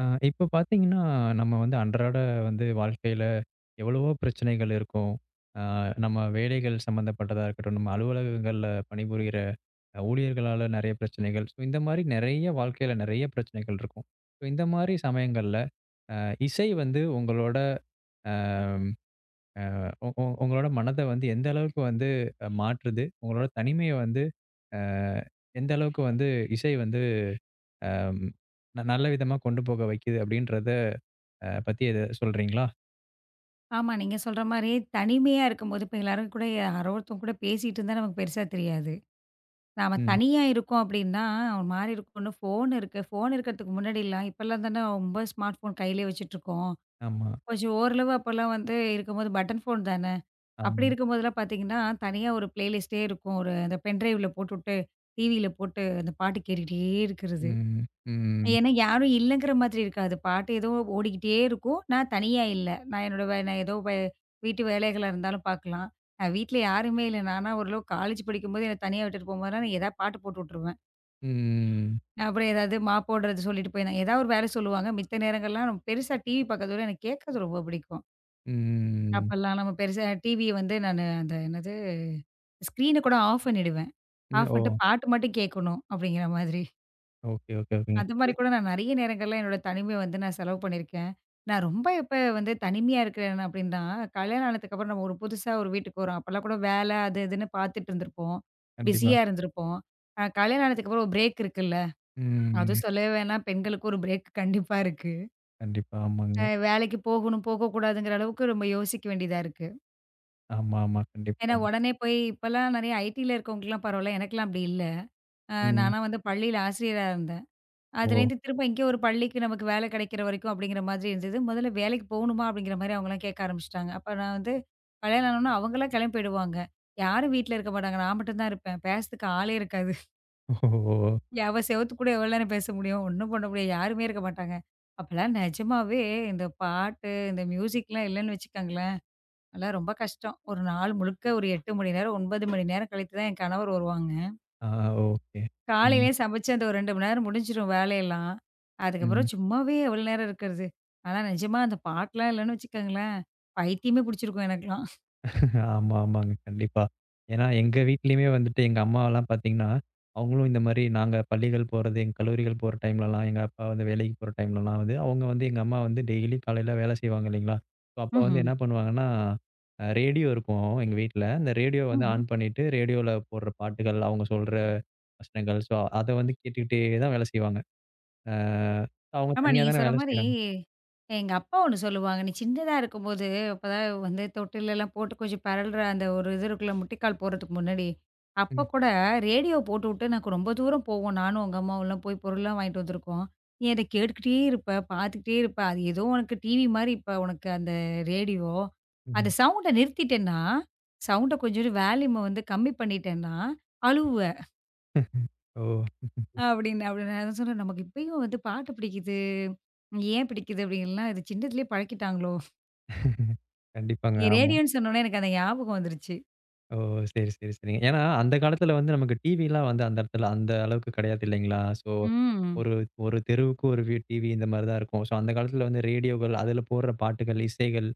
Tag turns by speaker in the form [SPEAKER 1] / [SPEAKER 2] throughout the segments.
[SPEAKER 1] ஆ, இப்ப பார்த்தீங்கன்னா, நம்ம வந்து அன்றாட வந்து வாழ்க்கையில எவ்வளவோ பிரச்சனைகள் இருக்கும். ஆ, நம்ம வேலைகள் சம்மந்தப்பட்டதா இருக்கட்டும், நம்ம அலுவலகங்கள்ல பணிபுரிகிற ஊழியர்களால நெறைய பிரச்சனைகள். ஸோ, இந்த மாரி நெறைய வாழ்க்கையில நெறைய பிரச்சனைகள் இருக்கும். ஸோ, இந்த மாரி சமயங்கள்ல அ இசை வந்து உங்களோட அ உ உ உங்களோட மனத வந்து எந்த அளவுக்கு வந்து மாற்றுது? உங்களோட தனிமைய வந்து அ எந்த அளவுக்கு வந்து இசை வந்து அ ந நல்ல விதமா கொண்டு போக வைக்குது? அப்படின்றத பத்தி எத சொல்றீங்களா?
[SPEAKER 2] ஆமா. நீங்க சொல்ற மாரி தனிமையா இருக்கும்போது இப்ப எல்லாரும் கூட யாரோ ஒருத்தவங்க கூட பேசிட்டு இருந்தா நமக்கு பெருசா தெரியாது. நாம
[SPEAKER 1] ம்.
[SPEAKER 2] தனியா இருக்கோம் அப்டின்னா, ஒரு மாரி இருக்கும். இன்னும் ஃபோன் இருக்கு. ஃபோன் இருக்கிறதுக்கு முன்னாடிலாம் இப்பலாம் தானே ரொம்ப ஸ்மார்ட் ஃபோன் கையிலேயே வச்சுட்டுருக்கோம்.
[SPEAKER 1] ஆமா.
[SPEAKER 2] கொஞ்சம் ஓரளவு அப்பலாம் வந்து இருக்கும்போது பட்டன் ஃபோன் தானே.
[SPEAKER 1] ஆமா.
[SPEAKER 2] அப்படி இருக்கும்போதெல்லாம் பார்த்தீங்கன்னா, தனியா ஒரு பிளேலிஸ்ட்டே இருக்கும். ஒரு அந்த பென் டிரைவ்ல போட்டுட்டு, டிவியில போட்டு அந்த பாட்டு கேட்டுக்கிட்டே இருக்கிறது.
[SPEAKER 1] ம். ம்.
[SPEAKER 2] ஏன்னா, யாரும் இல்லங்கிற மாதிரி இருக்காது. பாட்டு ஏதோ ஓடிக்கிட்டே இருக்கும். நான் தனியா இல்ல. நான் என்னோட வே நான் ஏதோ வே வீட்டு வேலைகளா இருந்தாலும் பார்க்கலாம். நான் வீட்ல யாருமே இல்ல. நானா ஓரளவு காலேஜ் படிக்கும்போது என்ன தனியா விட்டுட்டு போம்போதெல்லாம் நான் ஏதாவது பாட்டு போட்டு விட்டுருவேன்.
[SPEAKER 1] ம். ம்.
[SPEAKER 2] நான் அப்புறம் ஏதாவது மாப்போடுறது சொல்லிட்டு போய் நான் ஏதாவது ஒரு வேலை சொல்லுவாங்க. மித்த நேரங்கள்லாம் நம்ம பெருசா டிவி பார்க்கறத விட எனக்கு கேட்கறது ரொம்ப பிடிக்கும்.
[SPEAKER 1] ம்.
[SPEAKER 2] அப்பல்லாம் நம்ம பெருசா டிவிய வந்து நானு அந்த என்னது ஸ்க்ரீன கூட ஆஃப் பண்ணிடுவேன். ஆஃப்
[SPEAKER 1] ஓ!
[SPEAKER 2] பண்ணிட்டு பாட்டு மட்டும் கேட்கணும் அப்படிங்கிற மாதிரி.
[SPEAKER 1] ஓகே, ஓகே, ஓகேங்க.
[SPEAKER 2] அது மாரி
[SPEAKER 1] இ
[SPEAKER 2] கூட நான் நெறைய நேரங்கள்ல என்னோட தனிமைய வந்து நான் செலவு பண்ணியிருக்கேன். நான் ரொம்ப இப்ப வந்து தனிமையா இருக்கிறேன் அப்படின்னா, கல்யாணம் ஆனதுக்கப்புறம் நம்ம ஒரு புதுசா ஒரு வீட்டுக்கு வரோம். அப்பலாம் கூட வேலை அது இதுன்னு பார்த்துட்டு இருந்திருப்போம்.
[SPEAKER 1] கண்டிப்பா.
[SPEAKER 2] பிஸியா இருந்திருப்போம். கல்யாணம் ஆனதுக்கப்புறம் ஒரு பிரேக் இருக்குல்ல.
[SPEAKER 1] ம்.
[SPEAKER 2] அதுவும் சொல்லவே வேணாம் பெண்களுக்கு ஒரு பிரேக் கண்டிப்பா இருக்கு.
[SPEAKER 1] கண்டிப்பா. ஆமாங்க.
[SPEAKER 2] வேலைக்கு போகணும், போகக்கூடாதுங்கிற அளவுக்கு ரொம்ப யோசிக்க வேண்டியதா இருக்கு.
[SPEAKER 1] ஆமா, ஆமா. கண்டிப்பா.
[SPEAKER 2] ஏன்னா உடனே போய் இப்பலாம் நெறைய ஐடில இருக்கவங்களுக்குலாம் பரவால்ல. எனக்கெல்லாம் அப்படி இல்ல.
[SPEAKER 1] ம்.
[SPEAKER 2] நானா வந்து பள்ளியில ஆசிரியரா இருந்தேன்.
[SPEAKER 1] ஓ!
[SPEAKER 2] அதுலேருந்து திரும்ப இங்கே ஒரு பள்ளிக்கு நமக்கு வேலை கிடைக்கிற வரைக்கும் அப்படிங்கிற மாதிரி இருந்தது. முதல்ல வேலைக்கு போகணுமா? அப்படிங்கிற மாரி அவங்கலாம் கேட்க ஆரம்பிச்சுட்டாங்க. அப்ப நான் வந்து கல்யாணம் ஆனோனே அவங்கலாம் கிளம்பி போயிடுவாங்க. யாரும் வீட்ல இருக்க மாட்டாங்க. நான் மட்டும் தான் இருப்பேன். பேசறதுக்கு ஆளே இருக்காது.
[SPEAKER 1] ஓ!
[SPEAKER 2] அவ செவுத்து கூட எவ்வளோ நேரம் பேச முடியும்? ஒண்ணும் பண்ண முடியாது. யாருமே இருக்க மாட்டாங்க. அப்பலாம் நிஜமாவே இந்த பாட்டு, இந்த மியூசிக்லாம் இல்லன்னு வச்சுக்கோங்களேன், அதெல்லாம் ரொம்ப கஷ்டம். ஒரு நாள் முழுக்க ஒரு 8 மணி நேரம், 9 மணி நேரம் கழித்து தான் என் கணவர் வருவாங்க.
[SPEAKER 1] ஆ. ஓகே. ம்.
[SPEAKER 2] காலையிலயே சமைச்சு அந்த ஒரு 2 மணி நேரம் முடிஞ்சிரும் வேலையெல்லாம். அதுக்கப்புறம்
[SPEAKER 1] ம்.
[SPEAKER 2] சும்மாவே எவ்வளோ நேரம் இருக்கிறது? ஆனா நிஜமா அந்த பாட்டுலாம் இல்லன்னு வச்சுக்கோங்களேன், பைத்தியமே பிடிச்சிருக்கும் எனக்கெல்லாம்.
[SPEAKER 1] ஆமா, ஆமாங்க. கண்டிப்பா. ஏன்னா எங்க வீட்லயுமே வந்துட்டு எங்க அம்மாவெல்லாம் பார்த்தீங்கன்னா, அவங்களும் இந்த மாரி நாங்க பள்ளிகள் போறது, எங்க கல்லூரிகள் போற டைம்லலாம், எங்க அப்பா வந்து வேலைக்கு போற டைம்லலாம் வந்து, அவங்க வந்து எங்க அம்மா வந்து டெய்லி காலையில வேலை செய்வாங்க இல்லைங்களா? ஸோ அப்ப வந்து
[SPEAKER 2] ம்ஹ்ம்.
[SPEAKER 1] என்ன பண்ணுவாங்கன்னா, அ ரேடியோ இருக்கும் எங்க வீட்ல. அந்த ரேடியோ வந்து
[SPEAKER 2] ம்ஹ்ம்.
[SPEAKER 1] ஆன் பண்ணிட்டு, ரேடியோல போடுற பாட்டுகள், அவங்க சொல்ற வசனங்கள், ஸோ அத வந்து கேட்டுக்கிட்டே தான் வேலை செய்வாங்க. அ, அவங்க
[SPEAKER 2] ஆமா.
[SPEAKER 1] தனியா
[SPEAKER 2] நீங்க
[SPEAKER 1] தானே
[SPEAKER 2] சொன்ன
[SPEAKER 1] வேலை
[SPEAKER 2] மாரி,
[SPEAKER 1] செய்றாங்க.
[SPEAKER 2] எங்க அப்பா ஒண்ணு சொல்லுவாங்க. நீ சின்னதா இருக்கும்போது, அப்பதான் வந்து தொட்டிலலாம் போட்டு கொஞ்சம் பெரல்ற அந்த ஒரு இது இருக்குல்ல, முட்டிக்கால் போடுறதுக்கு முன்னாடி, அப்போ
[SPEAKER 1] ம்.
[SPEAKER 2] கூட ரேடியோ போட்டுவுட்டு நாங்க ரொம்ப தூரம் போவோம். நானும் எங்க அம்மாவும்லாம் போய் பொருள்லாம் வாங்கிட்டு வந்திருக்கோம். நீ அத கேட்டுக்கிட்டே இருப்ப, பார்த்துக்கிட்டே இருப்ப. அது ஏதோ உனக்கு டிவி மாரி இப்ப உனக்கு அந்த ரேடியோ. அந்த
[SPEAKER 1] ம்.
[SPEAKER 2] சவுண்ட நிறுத்திட்டேன்னா, சவுண்ட கொஞ்சோண்டு வால்யூம வந்து கம்மி பண்ணிட்டேன்னா, அழுவுவ.
[SPEAKER 1] ஓ!
[SPEAKER 2] அப்படின்னு அப்படின்னு நான் சொன்னேன், நமக்கு இப்பயும் வந்து பாட்டு பிடிக்குது. ஏன் பிடிக்குது அப்படின்லாம், இது சின்னதிலயே பழக்கிட்டாங்களோ?
[SPEAKER 1] கண்டிப்பாங்க.
[SPEAKER 2] நீங்க
[SPEAKER 1] ஆமா.
[SPEAKER 2] ரேடியோன்னு சொன்னோனே எனக்கு அந்த ஞாபகம் வந்துருச்சு.
[SPEAKER 1] ஓ! சரி, சரி, சரிங்க. ஏன்னா, அந்த காலத்துல வந்து நமக்கு டிவிலாம் வந்து அந்த இடத்துல அந்த அளவுக்கு கிடையாது இல்லைங்களா? ஸோ,
[SPEAKER 2] ம்.
[SPEAKER 1] ஒரு ஒரு தெருவுக்கு ஒரு டிவி இந்த மாரி தான் இருக்கும். ஸோ, அந்த காலத்துல வந்து ரேடியோக்கள், அதுல போடுற பாட்டுகள், இசைகள்,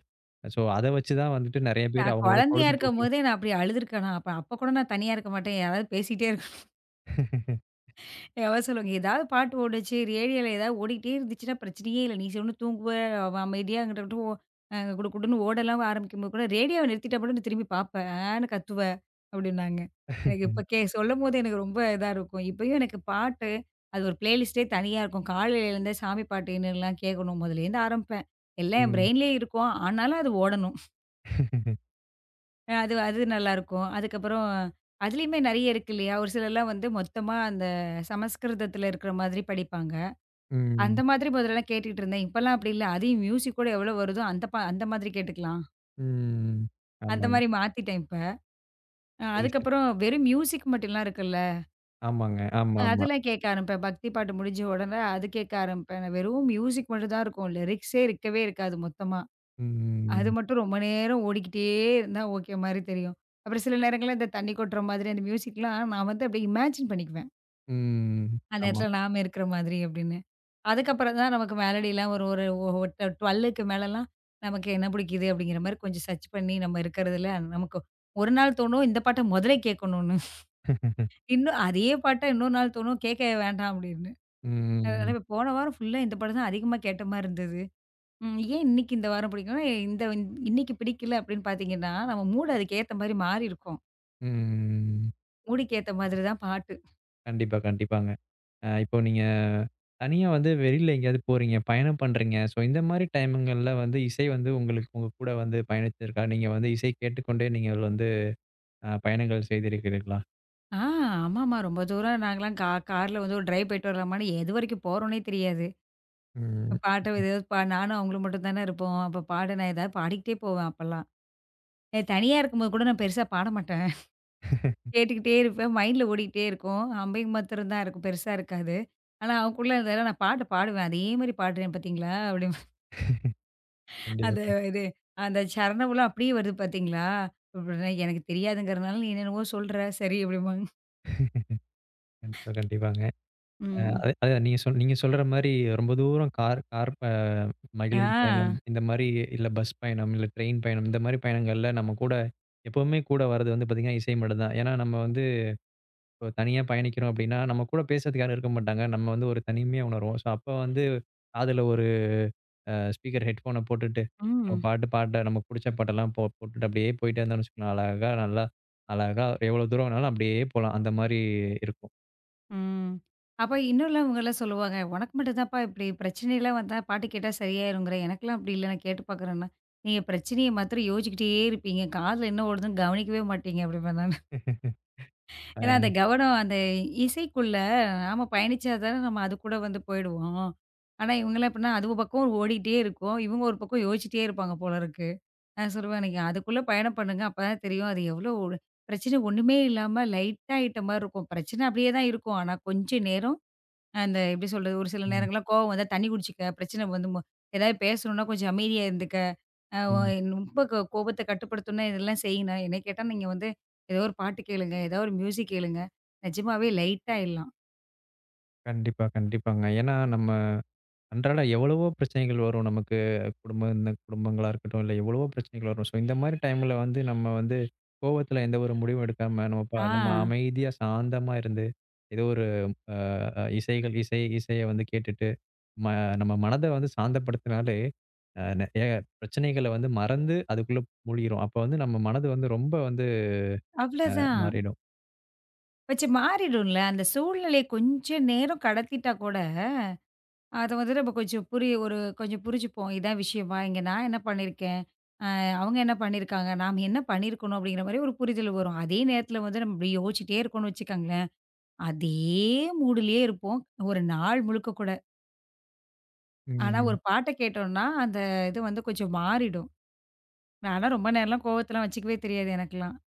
[SPEAKER 1] ஸோ அத வச்சு தான் வந்துட்டு நெறைய பேர்
[SPEAKER 2] நான்
[SPEAKER 1] அவங்களோட
[SPEAKER 2] குழந்தையா
[SPEAKER 1] பொழுதுபோக்கு.
[SPEAKER 2] இருக்கும்போதே நான் அப்படி அழுதுருக்கேனா? அப்ப அப்ப கூட நான் தனியா இருக்க மாட்டேன். யாராவது பேசிட்டே எவன் சொல்லுவாங்க. ஏதாவது பாட்டு ஓடுச்சு, ரேடியோல ஏதாவது ஓடிக்கிட்டே இருந்துச்சுன்னா பிரச்சனையே இல்ல. நீ சொன்னு தூங்குவ, அவ அமைதியா அங்கிட்டு அங்கிட்டு ஓ அ குடு குடுன்னு ஓடலாம் ஆரம்பிக்கும்போது கூட, ரேடியோவ நிறுத்திட்டா மட்டும் நீ திரும்பி பாப்ப, ஆன்னு கத்துவ அப்டின்னாங்க. எனக்கு இப்ப கே சொல்லும்போது எனக்கு ரொம்ப இதா இருக்கும். இப்பயும் எனக்கு பாட்டு, அது ஒரு பிளேலிஸ்ட்டே தனியா இருக்கும். காலையில எழுந்தே சாமி பாட்டு என்னலாம் கேட்கணும். முதலேருந்து ஆரம்பிப்பேன். எல்லாம் என்
[SPEAKER 1] ம்.
[SPEAKER 2] பிரெயின்லயே இருக்கும். ஆனாலும் அது ஓடணும். அது அது நல்லாருக்கும். அதுக்கப்புறம் அதுலயுமே நெறைய இருக்கு இல்லையா? ஒரு சிலர்லாம் வந்து மொத்தமா அந்த சமஸ்கிருதத்துல இருக்கிற மாதிரி படிப்பாங்க. அந்த
[SPEAKER 1] ம்.
[SPEAKER 2] மாதிரி முதல்லலாம் கேட்டுட்டு இருந்தேன். இப்பலாம் அப்படி இல்ல. அதையும் மியூசிக் கூட எவ்வளோ வருதோ அந்த அந்த மாதிரி கேட்டுக்கலாம்.
[SPEAKER 1] ம்.
[SPEAKER 2] அந்த
[SPEAKER 1] ஆமாங்க.
[SPEAKER 2] மாரி மாத்திட்டேன் இப்ப.
[SPEAKER 1] சரி, சரி.
[SPEAKER 2] அதுக்கப்புறம் வெறும் மியூசிக் மட்டும்லாம் இருக்குல்ல.
[SPEAKER 1] ஆமாங்க. ஆமா, ஆமா.
[SPEAKER 2] அதெல்லாம் கேட்க ஆரம்பிப்பேன். பக்தி பாட்டு முடிஞ்ச உடனே அது கேட்க ஆரம்பிப்பேன். வெறும் மியூசிக் மட்டும் தான் இருக்கும். லிரிக்ஸே இருக்கவே இருக்காது மொத்தமா. அது
[SPEAKER 1] ம்.
[SPEAKER 2] மட்டும் ரொம்ப நேரம் ஓடிக்கிட்டே இருந்தா ஓகே மாரி தெரியும். அப்புறம் சில நேரங்கள்ல இந்த தண்ணி கொட்டுற மாதிரி அந்த மியூசிக்லாம் நான் வந்து அப்படியே இமேஜின் பண்ணிக்குவேன்.
[SPEAKER 1] ம்.
[SPEAKER 2] அந்த
[SPEAKER 1] ஆமா.
[SPEAKER 2] இடத்துல நாம இருக்கிற மாதிரி அப்படின்னு. அதுக்கப்புறம் தான் நமக்கு மெலடிலாம் ஒரு ஒரு ஒ ஒ 12க்கு மேலலாம் நமக்கு என்ன பிடிக்குது அப்படிங்கிற மாரி கொஞ்சம் சர்ச் பண்ணி நம்ம இருக்கிறதுல நமக்கு ஒரு நாள் தோணும் இந்த பாட்ட முதலே கேட்கணும்னு. இன்னும் அதே பாட்ட இன்னொரு நாள் தோணும் கேட்க வேண்டாம் அப்படின்னு. அதனால
[SPEAKER 1] ம்.
[SPEAKER 2] இப்ப போன வாரம் ஃபுல்லா இந்த பாட்டு தான் அதிகமா கேட்ட மாரி இருந்தது. ஏன் இன்னைக்கு இந்த வாரம் பிடிக்கும்னா, இந்த இந்த- இன்னைக்கு பிடிக்கல அப்படின்னு பார்த்தீங்கன்னா, நம்ம மூடு அதுக்கு ஏத்த மாரி மாறி இருக்கும்.
[SPEAKER 1] ம்.
[SPEAKER 2] மூடுக்கு ஏத்த மாதிரி தான் பாட்டு.
[SPEAKER 1] கண்டிப்பா, கண்டிப்பாங்க. இப்போ நீங்க தனியா வந்து வெளியில எங்கேயாவது போறீங்க, பயணம் பண்றீங்க. ஸோ இந்த மாரி டைமுங்கள்ல வந்து இசை வந்து உங்களுக்கு உங்க கூட வந்து பயணிச்சிருக்கா? நீங்க வந்து இசை கேட்டுக்கொண்டே நீங்கள் வந்து பயணங்கள் செய்திருக்கிறீர்களா?
[SPEAKER 2] ஆ ஆமாமா. ரொம்ப தூரம் நாங்கலாம் கார்ல வந்து ஒரு டிரைவ் போயிட்டு வரலாமான்னு எதுவரைக்கும் போறோம்னே தெரியாது.
[SPEAKER 1] ம்.
[SPEAKER 2] பாட்ட ஏதாவது நானும் அவங்களும் மட்டும் தானே இருப்போம். அப்ப பாடு நான் ஏதாவது பாடிக்கிட்டே போவேன் அப்பலாம். நான் தனியா இருக்கும்போது கூட நான் பெருசா பாட மாட்டேன். கேட்டுக்கிட்டே இருப்பேன். மைண்ட்ல ஓடிக்கிட்டே இருக்கும். அம்பையும் மாத்திரம் தான் இருக்கும். பெருசா இருக்காது. ஆனா அவங்களுக்குள்ள இருந்தாலும் நான் பாட்டு பாடுவேன். அதே மாரி பாடுறேன் பார்த்தீங்களா? அப்படிம்பேன். அந்த
[SPEAKER 1] கண்டிப்பா.
[SPEAKER 2] இது அந்த சரணம்லாம் அப்படியே வருது பார்த்தீங்களா? அப்படின்னா எனக்கு தெரியாதுங்கிறனால நீ என்னென்னவோ சொல்ற. சரி அப்படிம்பாங்க.
[SPEAKER 1] கண்டிப்பா, கண்டிப்பாங்க.
[SPEAKER 2] ம்.
[SPEAKER 1] அதான் நீங்க சொல்ற மாரி ரொம்ப தூரம் கார் கார் ப
[SPEAKER 2] ஆ.
[SPEAKER 1] மகிழுந்து பயணம், இந்த மாரி இல்ல பஸ் பயணம், இல்ல ட்ரெயின் பயணம், இந்த மாரி பயணங்கள்ல நம்ம கூட எப்பவுமே கூட வர்றது வந்து பார்த்தீங்கன்னா, இசை மட்டும் தான். ஏன்னா நம்ம வந்து இப்போ தனியா பயணிக்கிறோம் அப்படின்னா, நம்ம கூட பேசுறதுக்கு யாரும் இருக்க மாட்டாங்க. நம்ம வந்து ஒரு தனிமையா உணர்வோம். ஸோ, அப்ப வந்து காதுல ஒரு ஸ்பீக்கர் ஹெட்ஃபோன போட்டுட்டு, நம்ம
[SPEAKER 2] ம்.
[SPEAKER 1] பாட்டு பாட்ட நமக்கு புடிச்ச பாட்டெல்லாம் போட்டுட்டு அப்படியே போயிட்டே இருந்தோம்னு வச்சுக்கோங்களேன், அழகா நல்லா அழகா எவ்வளோ தூரம் வேணாலும் அப்படியே போலாம். அந்த மாரி இருக்கும்.
[SPEAKER 2] ம். அப்ப இன்னும்லாம் இவங்கலாம் சொல்லுவாங்க, "உனக்கு மட்டும் தான்ப்பா இப்படி பிரச்சனைலாம் வந்தா பாட்டு கேட்டா சரியாயிருங்கிற. எனக்கெல்லாம் அப்படி இல்ல நான் கேட்டு பார்க்குறேன்னா." நீங்க பிரச்சனைய மாத்திரம் யோசிச்சுக்கிட்டே இருப்பீங்க. காதுல என்ன ஓடுதுன்னு கவனிக்கவே மாட்டீங்க அப்படிம்பேன் நானு.
[SPEAKER 1] அ.
[SPEAKER 2] ஏன்னா அந்த கவனம் அந்த இசைக்குள்ள நாம பயணிச்சா தானே நம்ம அது கூட வந்து போயிடுவோம். ஆனா இவங்கலாம் எப்படின்னா, அது ஒரு பக்கம் ஓடிக்கிட்டே இருக்கும். இவங்க ஒரு பக்கம் யோசிச்சுட்டே இருப்பாங்க போல இருக்கு. நான் சொல்லுவேன், "நீங்க அதுக்குள்ள பயணம் பண்ணுங்க. அப்பதான் தெரியும் அது எவ்வளோ ஒரு பிரச்சனை ஒண்ணுமே இல்லாம லைட்டா ஆயிட்ட மாரி இருக்கும். பிரச்சனை அப்படியே தான் இருக்கும். ஆனா கொஞ்ச நேரம்" அந்த எப்படி சொல்றது? ஒரு சில
[SPEAKER 1] ம்.
[SPEAKER 2] நேரங்கள்ல கோவம் வந்தா தண்ணி குடிச்சுக்க, பிரச்சனை வந்து ஏதாவது பேசணும்னா கொஞ்சம் அமைதியா இருந்துக்க, அ ஒ
[SPEAKER 1] ம்.
[SPEAKER 2] ரொம்ப கோபத்த கட்டுப்படுத்தணும்னா இதெல்லாம் செய்யுங்க. என்ன கேட்டா நீங்க வந்து ஏதோ ஒரு பாட்டு கேளுங்க, ஏதோ ஒரு மியூசிக் கேளுங்க. நிஜமாவே லைட் ஆயிடலாம்.
[SPEAKER 1] கண்டிப்பா, கண்டிப்பாங்க. ஏன்னா நம்ம அன்றாட எவ்வளவோ பிரச்சனைகள் வரும் நமக்கு. குடும்பம் இந்த குடும்பங்களா இருக்கட்டும், இல்ல எவ்வளவோ பிரச்சனைகள் வரும். ஸோ, இந்த மாரி டைம்ல வந்து நம்ம வந்து கோவத்துல எந்த ஒரு முடிவும் எடுக்காம,
[SPEAKER 2] ஆ
[SPEAKER 1] நம்ம அமைதியா சாந்தமா இருந்து, ஏதோ ஒரு அ இசைகள் இசை இசைய வந்து கேட்டுட்டு, ம நம்ம மனத வந்து சாந்தப்படுத்தினாலே, நெறைய பிரச்சனைகள வந்து மறந்து அதுக்குள்ள மூழ்கிரும். அப்ப வந்து நம்ம மனது வந்து ரொம்ப வந்து
[SPEAKER 2] அவ்வளோதான்.
[SPEAKER 1] மாறிடும்.
[SPEAKER 2] வச்சு மாறிடும்ல. அந்த சூழ்நிலைய கொஞ்சம் நேரம் கடத்திட்டா கூட, அத வந்து நம்ம கொஞ்சம் புரிய ஒரு கொஞ்சம் புரிஞ்சுப்போம். இதான் விஷயமா? இங்க நான் என்ன பண்ணியிருக்கேன்? அவங்க என்ன பண்ணியிருக்காங்க? நாம என்ன பண்ணியிருக்கணும்? அப்படிங்கிற மாரி ஒரு புரிதல் வரும். அதே நேரத்துல வந்து நம்ம இப்படி யோசிச்சுட்டே இருக்கோம்னு வச்சுக்கோங்களேன் அதே மூடுலயே இருப்போம். ஒரு நாள் முழுக்க கூட. ஆனா
[SPEAKER 1] ம்.
[SPEAKER 2] ஒரு பாட்ட கேட்டோம்னா, அந்த இது வந்து கொஞ்சம் மாறிடும். நான்லாம் ரொம்ப நேரம்லாம் கோவத்தலாம் வச்சுக்கவே தெரியாது எனக்கெல்லாம்.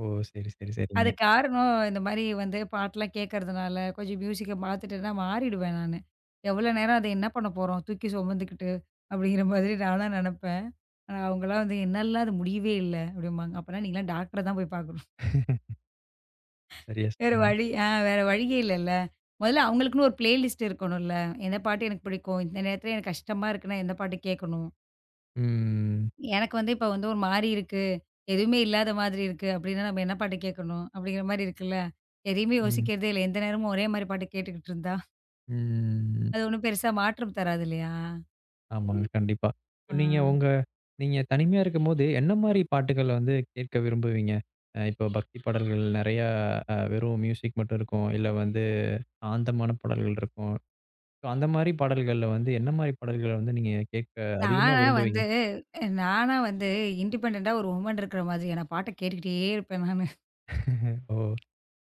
[SPEAKER 1] ஓ! சரி, சரி, சரிங்க.
[SPEAKER 2] அது காரணம் இந்த மாரி வந்து பாட்டெல்லாம் கேட்கறதுனால, கொஞ்சம் மியூசிக்க மாத்துட்டேன்னா மாறிடுவேன் நானு. எவ்வளோ நேரம் அத என்ன பண்ண போறோம்? தூக்கி சுமந்துக்கிட்டு அப்படிங்கிற மாதிரி நான்லாம் நெனப்பேன். ஆனா அவங்கலாம் வந்து, "என்னாலலாம் அது முடியவே இல்ல" அப்படிம்பாங்க. அப்பன்னா நீங்கலாம் டாக்டர தான் போய் பார்க்கணும்.
[SPEAKER 1] சரியா சொன்னீங்க.
[SPEAKER 2] வேற வழியே இல்லல்ல. முதல்ல அவங்களுக்குன்னு ஒரு பிளேலிஸ்ட் இருக்கணும்ல. எந்த பாட்டு எனக்கு பிடிக்கும். இந்த நேரத்தில எனக்கு கஷ்டமா இருக்குன்னா, எந்த பாட்டு கேட்கணும்.
[SPEAKER 1] ம்.
[SPEAKER 2] எனக்கு வந்து இப்ப வந்து ஒரு மாரி இருக்கு. எதுவுமே இல்லாத மாதிரி இருக்கு. அப்படின்னா நம்ம என்ன பாட்டு கேட்கணும்? அப்படிங்கிற மாரி இருக்குல்ல. எதையுமே
[SPEAKER 1] ம்.
[SPEAKER 2] யோசிக்கிறதே இல்ல. எந்த நேரமும் ஒரே மாரி பாட்டு கேட்டுக்கிட்டு இருந்தா,
[SPEAKER 1] ம்.
[SPEAKER 2] அது ஒண்ணும் பெருசா மாற்றம் தராது இல்லையா?
[SPEAKER 1] ஆமாங்க. கண்டிப்பா. இப்ப
[SPEAKER 2] ஆ.
[SPEAKER 1] நீங்க தனிமையா இருக்கும்போது, என்ன மாரி பாட்டுகள் வந்து கேட்க விரும்புவீங்க? இப்போ பக்தி பாடல்கள் நெறையா வெறும் மியூசிக் மட்டும் இருக்கும். இல்ல வந்து ஆந்தமான பாடல்கள் இருக்கும். ஸோ அந்த மாரி பாடல்கள்ல வந்து என்ன மாரி பாடல்கள வந்து நீங்க கேட்க அதிகமா
[SPEAKER 2] நானா
[SPEAKER 1] விரும்புவீங்க?
[SPEAKER 2] வந்து நானா வந்து இண்டிபெண்டன்டா ஒரு வுமன் இருக்கிற மாதிரி நான் பாட்ட கேட்டுக்கிட்டே இருப்பேன் நானு.
[SPEAKER 1] ஓ!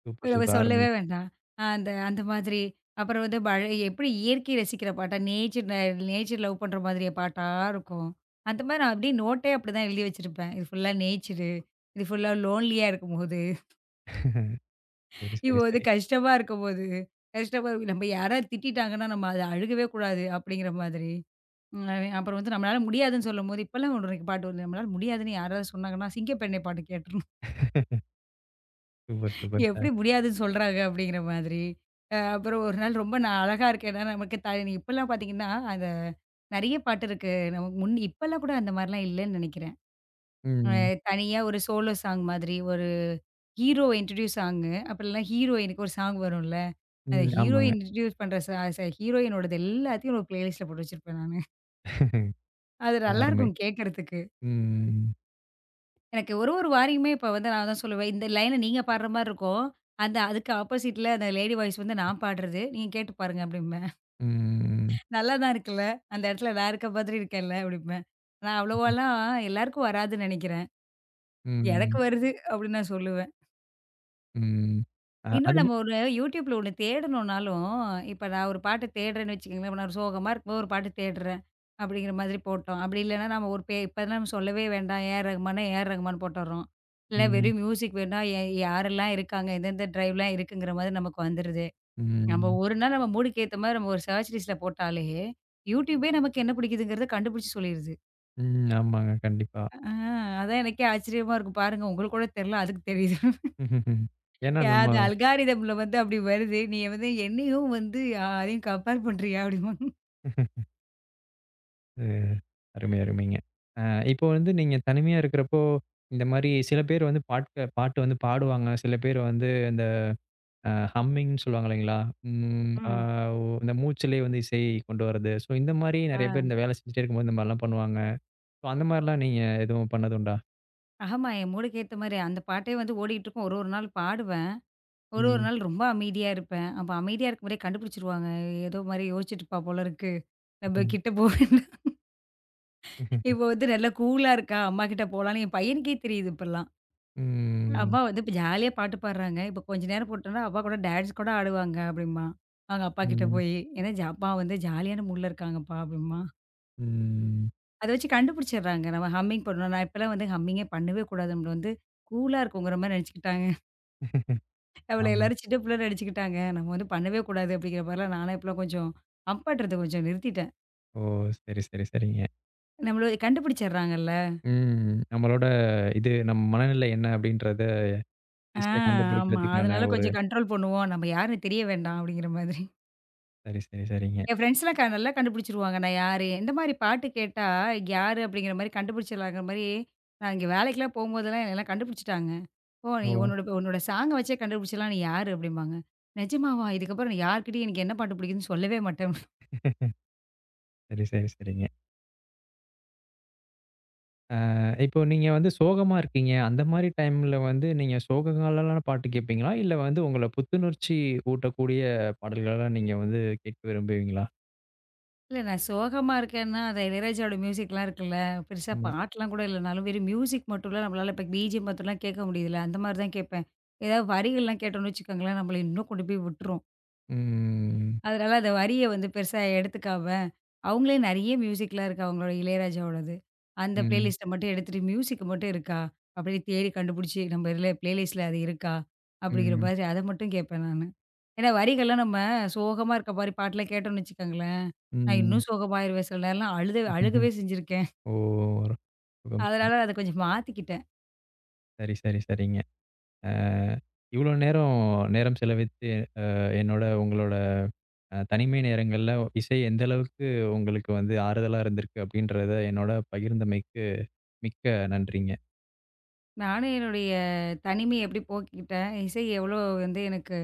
[SPEAKER 1] சூப்பர்,
[SPEAKER 2] நம்ம
[SPEAKER 1] சூப்பர். அருமை.
[SPEAKER 2] சொல்லவே வேண்டாம். அந்த அந்த மாதிரி. அப்புறம் வந்து மழை எப்படி இயற்கையை ரசிக்கிற பாட்டா, நேச்சர் லவ் பண்ற மாதிரி பாட்டா இருக்கும். அந்த மாரி நான் அப்படியே நோட்டே அப்படிதான் எழுதி வச்சிருப்பேன். இது ஃபுல்லா நேச்சரு. இது ஃபுல்லா லோன்லியா இருக்கும்போது,
[SPEAKER 1] சரி,
[SPEAKER 2] இப்போ
[SPEAKER 1] சரி,
[SPEAKER 2] வந்து
[SPEAKER 1] சரி.
[SPEAKER 2] கஷ்டமா இருக்கும்போது, கஷ்டமா இருக்கு, நம்ம யாராவது திட்டிட்டாங்கன்னா, நம்ம அத அழுகவே கூடாது அப்படிங்கிற மாதிரி. ம் அப்புறம் வந்து நம்மளால முடியாதுன்னு சொல்லும்போது, இப்பலாம் ஒரு பாட்டு வருது. நம்மளால முடியாதுன்னு யாராவது சொன்னாங்கன்னா, சிங்கப்பெண்ணே பாட்டு கேட்டுருணும்.
[SPEAKER 1] சூப்பர், சூப்பர்
[SPEAKER 2] எப்படி
[SPEAKER 1] சார்.
[SPEAKER 2] முடியாதுன்னு சொல்றாங்க அப்படிங்கிற மாதிரி. அப்புறம் ஒரு நாள் ரொம்ப நான் அழகா இருக்கேன்னா, நமக்கு இப்பலாம் பார்த்தீங்கன்னா, அந்த நெறைய பாட்டு இருக்கு. நமக்கு முன் இப்பலாம் கூட அந்த மாரிலாம் இல்லன்னு நெனைக்கிறேன். அ
[SPEAKER 1] ம்.
[SPEAKER 2] தனியா ஒரு சோலோ சாங் மாதிரி ஒரு ஹீரோ இன்ட்ரோடியூஸ் சாங்கு. அப்படிலாம் ஹீரோயினுக்கு ஒரு சாங் வரும்ல. அந்த
[SPEAKER 1] ம்.
[SPEAKER 2] ஹீரோயின்
[SPEAKER 1] ஆமாங்க.
[SPEAKER 2] இன்ட்ரோடியூஸ் பண்ற ச ச ஹீரோயினோடது எல்லாத்தையும் ஒரு பிளேலிஸ்ட்ல போட்டு வச்சிருப்பேன் நானு. அது
[SPEAKER 1] அருமை.
[SPEAKER 2] நல்லாருக்கும் கேட்கறதுக்கு.
[SPEAKER 1] ம்.
[SPEAKER 2] எனக்கு ஒரு ஒரு வாரியுமே இப்ப வந்து நான் தான் சொல்லுவேன், இந்த லைன நீங்க பாடுற மாரி இருக்கும். அந்த அதுக்கு ஆப்போசிட்ல அந்த லேடி வாய்ஸ் வந்து நான் பாடுறது. நீங்க கேட்டு பாருங்க அப்டிம்பேன்.
[SPEAKER 1] ம்.
[SPEAKER 2] நல்லா தான் இருக்குல்ல! அந்த இடத்துல நான் இருக்க மாதிரி இருக்கேன்ல அப்டிம்பேன். நான்
[SPEAKER 1] ம்.
[SPEAKER 2] அவ்வளவாலாம் எல்லாருக்கும் வராதுன்னு நெனைக்கிறேன். எனக்கு
[SPEAKER 1] ம்.
[SPEAKER 2] வருது அப்டின்னு நான் சொல்லுவேன்.
[SPEAKER 1] ம். அ
[SPEAKER 2] இன்னும்
[SPEAKER 1] அது ம
[SPEAKER 2] நம்ம ஒரு யூடியூப்ல ஒண்ணு தேடணும்னாலும், இப்ப நான் ஒரு பாட்டு தேடுறேன்னு வச்சுக்கோங்களேன். இப்ப நான் ஒரு சோகமா இருக்கும்போது ஒரு பாட்டு தேடுறேன், அப்படிங்கிற மாதிரி போட்டோம். அப்படி இல்லைன்னா நம்ம ஒரு பே இப்பலாம் நம்ம சொல்லவே வேண்டாம். ஏ ஆர் ரகுமான்னா, ஏ ஆர் ரகுமான் போட்டுடுறோம். இல்ல
[SPEAKER 1] ம்.
[SPEAKER 2] வெறும் மியூசிக் வேணும்னா, யாரெல்லாம் இருக்காங்க, எந்தெந்த டிரைவ்லாம் இருக்குங்கிற மாதிரி நமக்கு வந்துருது. நம்ம
[SPEAKER 1] ம்.
[SPEAKER 2] ஒரு நாள் நம்ம மூடுக்கு ஏத்த மாரி நம்ம ஒரு சர்ச் லிஸ்ட்ல போட்டாலே, யூடியூபே நமக்கு என்ன பிடிக்குதுங்கிறத கண்டுபிடிச்சு சொல்லிருது.
[SPEAKER 1] ம். ஆமாங்க. கண்டிப்பா.
[SPEAKER 2] ஆ அதான் எனக்கே ஆச்சரியமா இருக்கும். பாருங்க உங்களுக்கு கூட தெரியல, அதுக்கு தெரியுது.
[SPEAKER 1] ம்ஹ்ஹ்ம். ஏன்னா
[SPEAKER 2] ஏ,
[SPEAKER 1] நம்ம
[SPEAKER 2] அது அல்காரிதம்ல வந்து அப்படி வருது. நீ வந்து என்னையும் வந்து அதையும் கம்பேர் பண்றியா? அப்படிம்பாங்க.
[SPEAKER 1] வந்து அருமை, அருமைங்க. அ இப்போ வந்து நீங்க தனிமையா இருக்கிறப்போ, இந்த மாரி சில பேர் வந்து பாட்டு வந்து பாடுவாங்க. சில பேர் வந்து இந்த ஹம்மிங்ன்னு சொல்லுவாங்க இல்லைங்களா? ம். அ
[SPEAKER 2] ம்.
[SPEAKER 1] ஒ இந்த மூச்சுலயே வந்து இசை கொண்டு வர்றது. ஸோ இந்த மாரி
[SPEAKER 2] ஆ.
[SPEAKER 1] நெறைய பேர் இந்த வேலை செஞ்சுட்டே இருக்கும்போது இந்த மாரிலாம் பண்ணுவாங்க. ஸோ அந்த மாரிலாம் நீங்க எதுவும் பண்ணதுண்டா?
[SPEAKER 2] ஆமா, என் மூளைக்கு ஏத்த மாரி அந்த பாட்டே வந்து ஓடிக்கிட்டு இருக்கும். ஒரு ஒரு நாள் பாடுவேன். ஒரு ஒரு
[SPEAKER 1] ம்.
[SPEAKER 2] நாள் ரொம்ப அமைதியா இருப்பேன். அப்ப அமைதியா இருக்கும் போதே கண்டுபிடிச்சுருவாங்க. ஏதோ மாரி யோசிச்சுட்டு இருப்பா போல இருக்கு. நம்ம
[SPEAKER 1] ம்.
[SPEAKER 2] கிட்ட போ வேண்டாம். இப்ப வந்து நல்லா கூலா இருக்கா, அம்மா கிட்ட போலான்னு என் பையனுக்கே தெரியுது இப்பலாம். ம்.
[SPEAKER 1] ம்.
[SPEAKER 2] அம்மா வந்து இப்ப ஜாலியா பாட்டு பாடுறாங்க. இப்ப கொஞ்ச நேரம் போட்டோம்னா, அப்பா கூட டான்ஸ் கூட ஆடுவாங்க அப்படிம்பான். அவங்க அப்பா கிட்ட
[SPEAKER 1] ம்.
[SPEAKER 2] போயி. ஏன்னா, அப்பா வந்து ஜாலியான மூட்ல இருக்காங்கப்பா அப்படிம்பான்.
[SPEAKER 1] ம்.
[SPEAKER 2] அத வச்சு கண்டுபிடிச்சிடுறாங்க. நம்ம ஹம்மிங் பண்ணணும். நான் இப்பலாம் வந்து ஹம்மிங்கே பண்ணவே கூடாது. நம்மள வந்து கூலா இருக்குங்கிற மாரி நெனச்சுக்கிட்டாங்க. நம்மள
[SPEAKER 1] ஆமா.
[SPEAKER 2] எல்லாரும் சின்ன பிள்ளன்னு நெனச்சுக்கிட்டாங்க. நம்ம வந்து பண்ணவே கூடாது அப்படிங்கிற மாரிலாம் நானே இப்பலாம் கொஞ்சம் ஹம்பாட்டுறத கொஞ்சம் நிறுத்திட்டேன்.
[SPEAKER 1] ஓ! சரி, சரி, சரிங்க.
[SPEAKER 2] நம்மள கண்டுபிடிச்சிடுறாங்கல்ல.
[SPEAKER 1] ம். நம்மளோட இது நம்ம மனநிலை என்ன அப்படின்றத
[SPEAKER 2] ஆ
[SPEAKER 1] ஈஸியா
[SPEAKER 2] ஆமா.
[SPEAKER 1] கண்டுபிடிக்கிறதுக்கான
[SPEAKER 2] அதனால
[SPEAKER 1] ஒரு
[SPEAKER 2] கொஞ்சம் கண்ட்ரோல் பண்ணுவோம். நம்ம யாருன்னு தெரிய வேண்டாம் அப்படிங்கிற மாதிரி.
[SPEAKER 1] சரி, சரி, சரிங்க.
[SPEAKER 2] என் ஃப்ரெண்ட்ஸ்லாம் நல்லா கண்டுபிடிச்சிருவாங்க. நான் யாரு, இந்த மாரி பாட்டு கேட்டா யாரு அப்படிங்கிற மாரி கண்டுபிடிச்சிடலாங்கிற மாரி நான் இங்க வேலைக்குலாம் போம்போதெல்லாம் என்னலாம் கண்டுபிடிச்சுட்டாங்க. ஓ! நீ
[SPEAKER 1] ஓ!
[SPEAKER 2] உன்னோட உன்னோட சாங்க வச்சே கண்டுபிடிச்சிடலாம். நீ யாரு? அப்டிம்பாங்க. நிஜமாவா? இதுக்கப்புறம் நான் யார்கிட்டயும் எனக்கு என்ன பாட்டு பிடிக்குதுன்னு சொல்லவே மாட்டேன்.
[SPEAKER 1] சரி, சரி, சரிங்க. இப்போ நீங்க வந்து சோகமா இருக்கீங்க. அந்த மாரி டைம்ல வந்து நீங்க சோகங்களான பாட்டு கேட்பீங்களா? இல்ல வந்து உங்கள புத்துணர்ச்சி ஊட்டக்கூடிய பாடல்களா நீங்க வந்து கேட்க விரும்புவீங்களா?
[SPEAKER 2] இல்ல நான் சோகமா இருக்கேன்னா, அந்த இளையராஜாவோட மியூசிக்லாம் இருக்குல்ல. பெருசா
[SPEAKER 1] ஆமா.
[SPEAKER 2] பாட்டுலாம் கூட இல்லனாலும், வெறும் மியூசிக் மட்டும்லாம் நம்மளால இப்ப பிஜிஎம் மட்டும்லாம் கேட்க முடியுதுல்ல. அந்த மாரி தான் கேட்பேன். ஏதாவது வரிகள்லாம் கேட்டோம்னு வச்சுக்கோங்களேன், நம்மள இன்னும் கொண்டு போய் விட்டுரும்.
[SPEAKER 1] ம்.
[SPEAKER 2] அதனால அந்த வரிய வந்து பெருசா எடுத்துக்காம, அவங்களே நெறைய மியூசிக்லாம் இருக்கு அவங்களோட இளையராஜாவோடது. அந்த
[SPEAKER 1] ம்.
[SPEAKER 2] பிளேலிஸ்ட்ட மட்டும் எடுத்துட்டு மியூசிக் மட்டும் இருக்கா? அப்படின்னு தேடி கண்டுபிடிச்சு நம்ம இதுல பிளேலிஸ்ட்ல அது இருக்கா? அப்படிங்கிற
[SPEAKER 1] ம்.
[SPEAKER 2] மாதிரி அத மட்டும் கேட்பேன் நானு. ஏன்னா வரிகள்லாம் நம்ம சோகமா இருக்க மாரி பாட்டுலாம் கேட்டோம்னு வச்சுக்கோங்களேன், நான்
[SPEAKER 1] ம்.
[SPEAKER 2] இன்னும் சோகமாயிருவேன். சில நேரம்லாம் அழுத அழுகவே செஞ்சிருக்கேன்.
[SPEAKER 1] ஓ! சுகம், சுகம்.
[SPEAKER 2] அதனால அத கொஞ்சம் மாத்திக்கிட்டேன்.
[SPEAKER 1] சரி, சரி, சரிங்க. அ இவ்ளோ நேரம் செலவித்து என்னோட உங்களோட தனிமை நேரங்கள்ல இசை எந்த அளவுக்கு உங்களுக்கு வந்து ஆறுதலா இருந்திருக்கு? அப்படின்றத என்னோட பகிர்ந்தமைக்கு மிக்க நன்றிங்க.
[SPEAKER 2] நானும் என்னுடைய தனிமைய எப்படி போக்கிக்கிட்டேன், இசை எவ்வளோ வந்து எனக்கு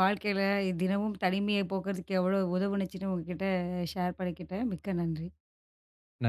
[SPEAKER 2] வாழ்க்கையில தினமும் தனிமையை போக்குறதுக்கு எவ்வளோ உதவுனுச்சுன்னு உங்ககிட்ட ஷேர் பண்ணிக்கிட்டேன். மிக்க நன்றி.
[SPEAKER 1] நன்றி.